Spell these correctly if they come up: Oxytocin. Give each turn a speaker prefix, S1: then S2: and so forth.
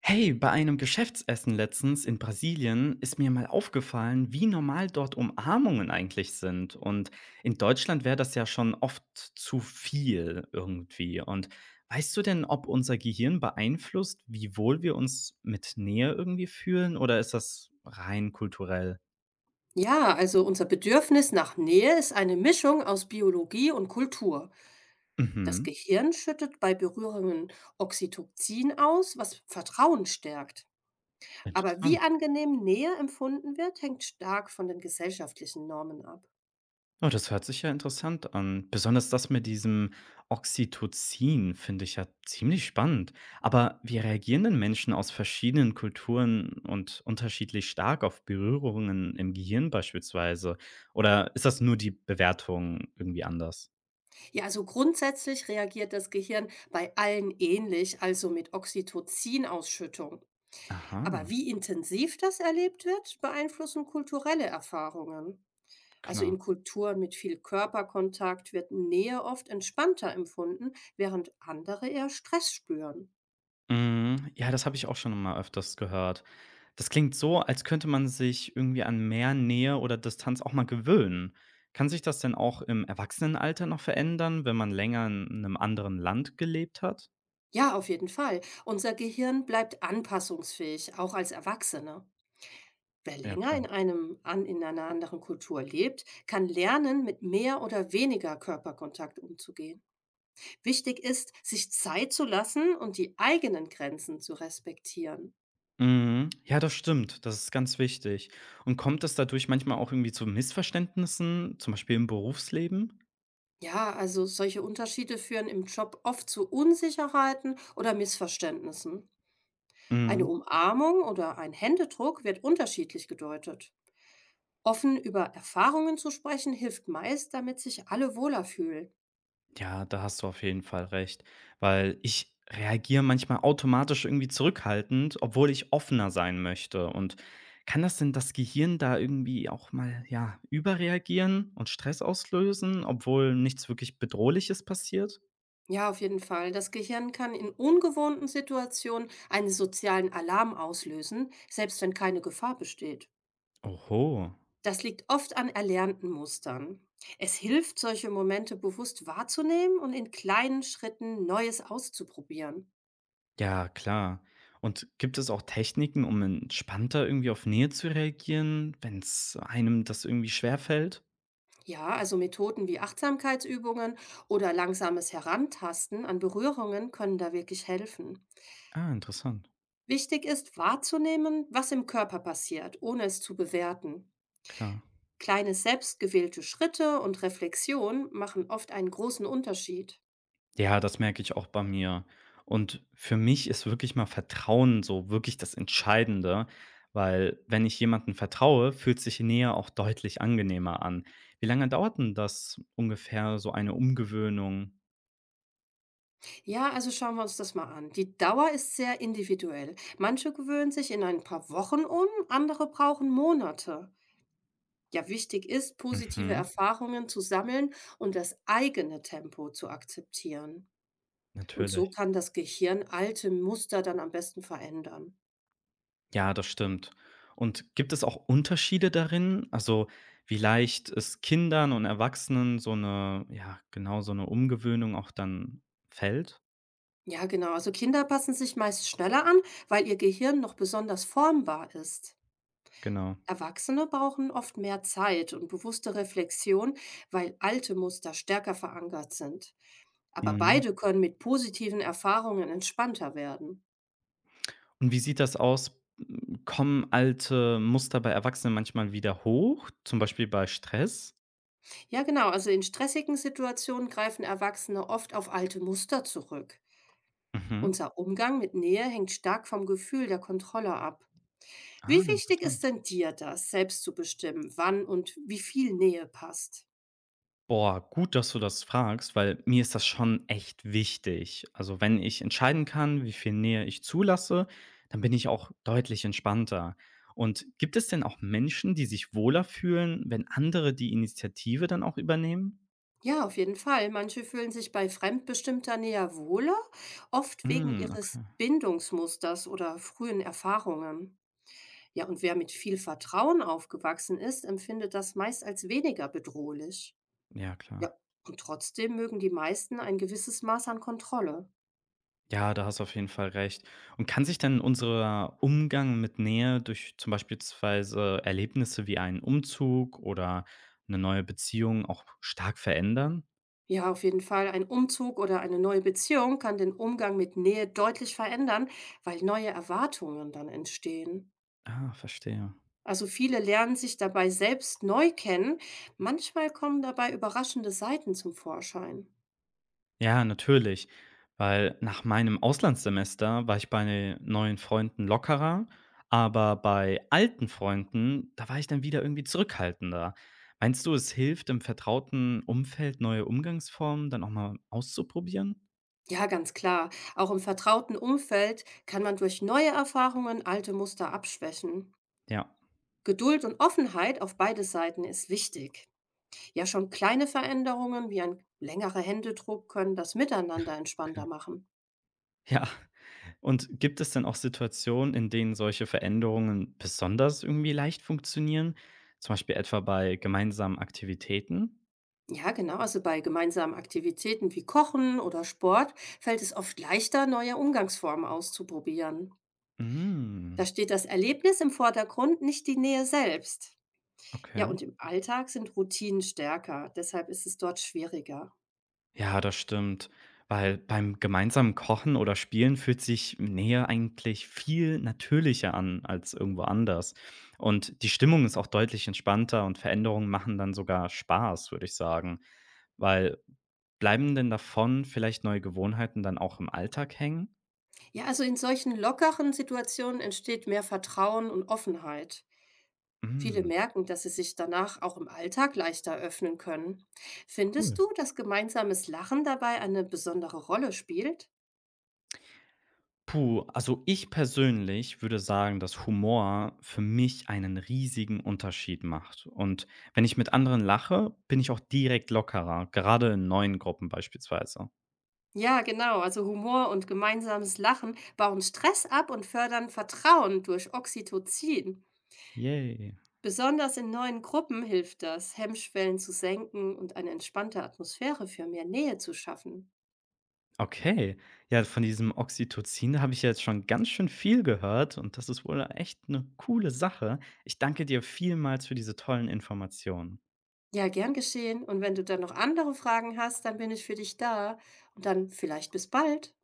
S1: Hey, bei einem Geschäftsessen letztens in Brasilien ist mir mal aufgefallen, wie normal dort Umarmungen eigentlich sind. Und in Deutschland wäre das ja schon oft zu viel irgendwie. Und weißt du denn, ob unser Gehirn beeinflusst, wie wohl wir uns mit Nähe irgendwie fühlen? Oder ist das rein kulturell?
S2: Ja, also unser Bedürfnis nach Nähe ist eine Mischung aus Biologie und Kultur. Das
S1: Mhm.
S2: Gehirn schüttet bei Berührungen Oxytocin aus, was Vertrauen stärkt. Aber wie
S1: Interessant.
S2: angenehm Nähe empfunden wird, hängt stark von den gesellschaftlichen Normen ab.
S1: Oh, das hört sich ja interessant an. Besonders das mit diesem Oxytocin finde ich ja ziemlich spannend. Aber wie reagieren denn Menschen aus verschiedenen Kulturen und unterschiedlich stark auf Berührungen im Gehirn beispielsweise? Oder ist das nur die Bewertung irgendwie anders?
S2: Ja, also grundsätzlich reagiert das Gehirn bei allen ähnlich, also mit Oxytocin-Ausschüttung.
S1: Aha,
S2: Aber wie intensiv das erlebt wird, beeinflussen kulturelle Erfahrungen. Also
S1: klar.
S2: in Kulturen mit viel Körperkontakt wird Nähe oft entspannter empfunden, während andere eher Stress spüren.
S1: Mm, ja, das habe ich auch schon mal öfters gehört. Das klingt so, als könnte man sich irgendwie an mehr Nähe oder Distanz auch mal gewöhnen. Kann sich das denn auch im Erwachsenenalter noch verändern, wenn man länger in einem anderen Land gelebt hat?
S2: Ja, auf jeden Fall. Unser Gehirn bleibt anpassungsfähig, auch als Erwachsene. Wer
S1: Ja,
S2: länger
S1: klar.
S2: in einer anderen Kultur lebt, kann lernen, mit mehr oder weniger Körperkontakt umzugehen. Wichtig ist, sich Zeit zu lassen und die eigenen Grenzen zu respektieren.
S1: Mhm. Ja, das stimmt. Das ist ganz wichtig. Und kommt es dadurch manchmal auch irgendwie zu Missverständnissen, zum Beispiel im Berufsleben?
S2: Ja, also solche Unterschiede führen im Job oft zu Unsicherheiten oder Missverständnissen. Eine
S1: Mhm.
S2: Umarmung oder ein Händedruck wird unterschiedlich gedeutet. Offen über Erfahrungen zu sprechen hilft meist, damit sich alle wohler fühlen.
S1: Ja, da hast du auf jeden Fall recht, weil ich reagiere manchmal automatisch irgendwie zurückhaltend, obwohl ich offener sein möchte. Und kann das denn das Gehirn da irgendwie auch mal, ja, überreagieren und Stress auslösen, obwohl nichts wirklich Bedrohliches passiert?
S2: Ja, auf jeden Fall. Das Gehirn kann in ungewohnten Situationen einen sozialen Alarm auslösen, selbst wenn keine Gefahr besteht.
S1: Oho,
S2: Das liegt oft an erlernten Mustern. Es hilft, solche Momente bewusst wahrzunehmen und in kleinen Schritten Neues auszuprobieren.
S1: ja, klar. Und gibt es auch Techniken, um entspannter irgendwie auf Nähe zu reagieren, wenn es einem das irgendwie schwerfällt?
S2: Ja, also Methoden wie Achtsamkeitsübungen oder langsames Herantasten an Berührungen können da wirklich helfen.
S1: Ah, interessant,
S2: Wichtig ist wahrzunehmen, was im Körper passiert, ohne es zu bewerten.
S1: klar.
S2: Kleine selbstgewählte Schritte und Reflexion machen oft einen großen Unterschied.
S1: Ja, das merke ich auch bei mir. Und für mich ist wirklich mal Vertrauen so wirklich das Entscheidende, weil wenn ich jemandem vertraue, fühlt sich Nähe auch deutlich angenehmer an. Wie lange dauert denn das ungefähr, so eine Umgewöhnung?
S2: Ja, also schauen wir uns das mal an. Die Dauer ist sehr individuell. Manche gewöhnen sich in ein paar Wochen um, andere brauchen Monate. Ja, wichtig ist, positive
S1: Mhm,
S2: Erfahrungen zu sammeln und das eigene Tempo zu akzeptieren. Und so
S1: natürlich.
S2: kann das Gehirn alte Muster dann am besten verändern.
S1: Ja, das stimmt. Und gibt es auch Unterschiede darin? Also, wie leicht es Kindern und Erwachsenen so eine, ja, genau so eine Umgewöhnung auch dann fällt?
S2: Ja, genau. Also Kinder passen sich meist schneller an, weil ihr Gehirn noch besonders formbar ist.
S1: Genau.
S2: Erwachsene brauchen oft mehr Zeit und bewusste Reflexion, weil alte Muster stärker verankert sind. Aber
S1: Mhm.
S2: beide können mit positiven Erfahrungen entspannter werden.
S1: Und wie sieht das aus? Hm, kommen alte Muster bei Erwachsenen manchmal wieder hoch, zum Beispiel bei Stress?
S2: Ja, genau. Also in stressigen Situationen greifen Erwachsene oft auf alte Muster zurück.
S1: Mhm.
S2: Unser Umgang mit Nähe hängt stark vom Gefühl der Kontrolle ab. Wie
S1: Ah,
S2: wichtig ist
S1: interessant.
S2: denn dir das, selbst zu bestimmen, wann und wie viel Nähe passt?
S1: Boah, gut, dass du das fragst, weil mir ist das schon echt wichtig. Also, wenn ich entscheiden kann, wie viel Nähe ich zulasse, dann bin ich auch deutlich entspannter. Und gibt es denn auch Menschen, die sich wohler fühlen, wenn andere die Initiative dann auch übernehmen?
S2: Ja, auf jeden Fall. Manche fühlen sich bei fremdbestimmter Nähe wohler, oft wegen
S1: Hm,
S2: ihres
S1: okay.
S2: Bindungsmusters oder frühen Erfahrungen. Ja, und wer mit viel Vertrauen aufgewachsen ist, empfindet das meist als weniger bedrohlich.
S1: Ja,
S2: Ja,
S1: klar.
S2: und trotzdem mögen die meisten ein gewisses Maß an Kontrolle.
S1: Ja, da hast du auf jeden Fall recht. Und kann sich denn unser Umgang mit Nähe durch zum beispielsweise Erlebnisse wie einen Umzug oder eine neue Beziehung auch stark verändern?
S2: Ja, auf jeden Fall. Ein Umzug oder eine neue Beziehung kann den Umgang mit Nähe deutlich verändern, weil neue Erwartungen dann entstehen.
S1: Ah, verstehe.
S2: Also viele lernen sich dabei selbst neu kennen. Manchmal kommen dabei überraschende Seiten zum Vorschein.
S1: Ja, natürlich, weil nach meinem Auslandssemester war ich bei neuen Freunden lockerer, aber bei alten Freunden, da war ich dann wieder irgendwie zurückhaltender. Meinst du, es hilft, im vertrauten Umfeld neue Umgangsformen dann auch mal auszuprobieren?
S2: Ja, ganz klar. Auch im vertrauten Umfeld kann man durch neue Erfahrungen alte Muster abschwächen.
S1: Ja,
S2: Geduld und Offenheit auf beide Seiten ist wichtig. Ja, schon kleine Veränderungen wie ein längerer Händedruck können das Miteinander
S1: okay.
S2: entspannter machen.
S1: Ja. Und gibt es denn auch Situationen, in denen solche Veränderungen besonders irgendwie leicht funktionieren? Zum Beispiel etwa bei gemeinsamen Aktivitäten?
S2: Ja, genau. Also bei gemeinsamen Aktivitäten wie Kochen oder Sport fällt es oft leichter, neue Umgangsformen auszuprobieren.
S1: Mhm,
S2: Da steht das Erlebnis im Vordergrund, nicht die Nähe selbst. Ja,
S1: okay.
S2: und im Alltag sind Routinen stärker, deshalb ist es dort schwieriger.
S1: Ja, das stimmt. Weil beim gemeinsamen Kochen oder Spielen fühlt sich Nähe eigentlich viel natürlicher an als irgendwo anders. Und die Stimmung ist auch deutlich entspannter und Veränderungen machen dann sogar Spaß, würde ich sagen. Weil bleiben denn davon vielleicht neue Gewohnheiten dann auch im Alltag hängen?
S2: Ja, also in solchen lockeren Situationen entsteht mehr Vertrauen und Offenheit. Viele
S1: Mhm.
S2: merken, dass sie sich danach auch im Alltag leichter öffnen können. Findest
S1: Cool.
S2: du, dass gemeinsames Lachen dabei eine besondere Rolle spielt?
S1: Puh, also ich persönlich würde sagen, dass Humor für mich einen riesigen Unterschied macht. Und wenn ich mit anderen lache, bin ich auch direkt lockerer, gerade in neuen Gruppen beispielsweise.
S2: Ja, genau. Also Humor und gemeinsames Lachen bauen Stress ab und fördern Vertrauen durch Oxytocin.
S1: Yay.
S2: Besonders in neuen Gruppen hilft das, Hemmschwellen zu senken und eine entspannte Atmosphäre für mehr Nähe zu schaffen.
S1: Okay. Ja, von diesem Oxytocin habe ich ja jetzt schon ganz schön viel gehört und das ist wohl echt eine coole Sache. Ich danke dir vielmals für diese tollen Informationen.
S2: Ja, gern geschehen. Und wenn du dann noch andere Fragen hast, dann bin ich für dich da. Und dann vielleicht bis bald.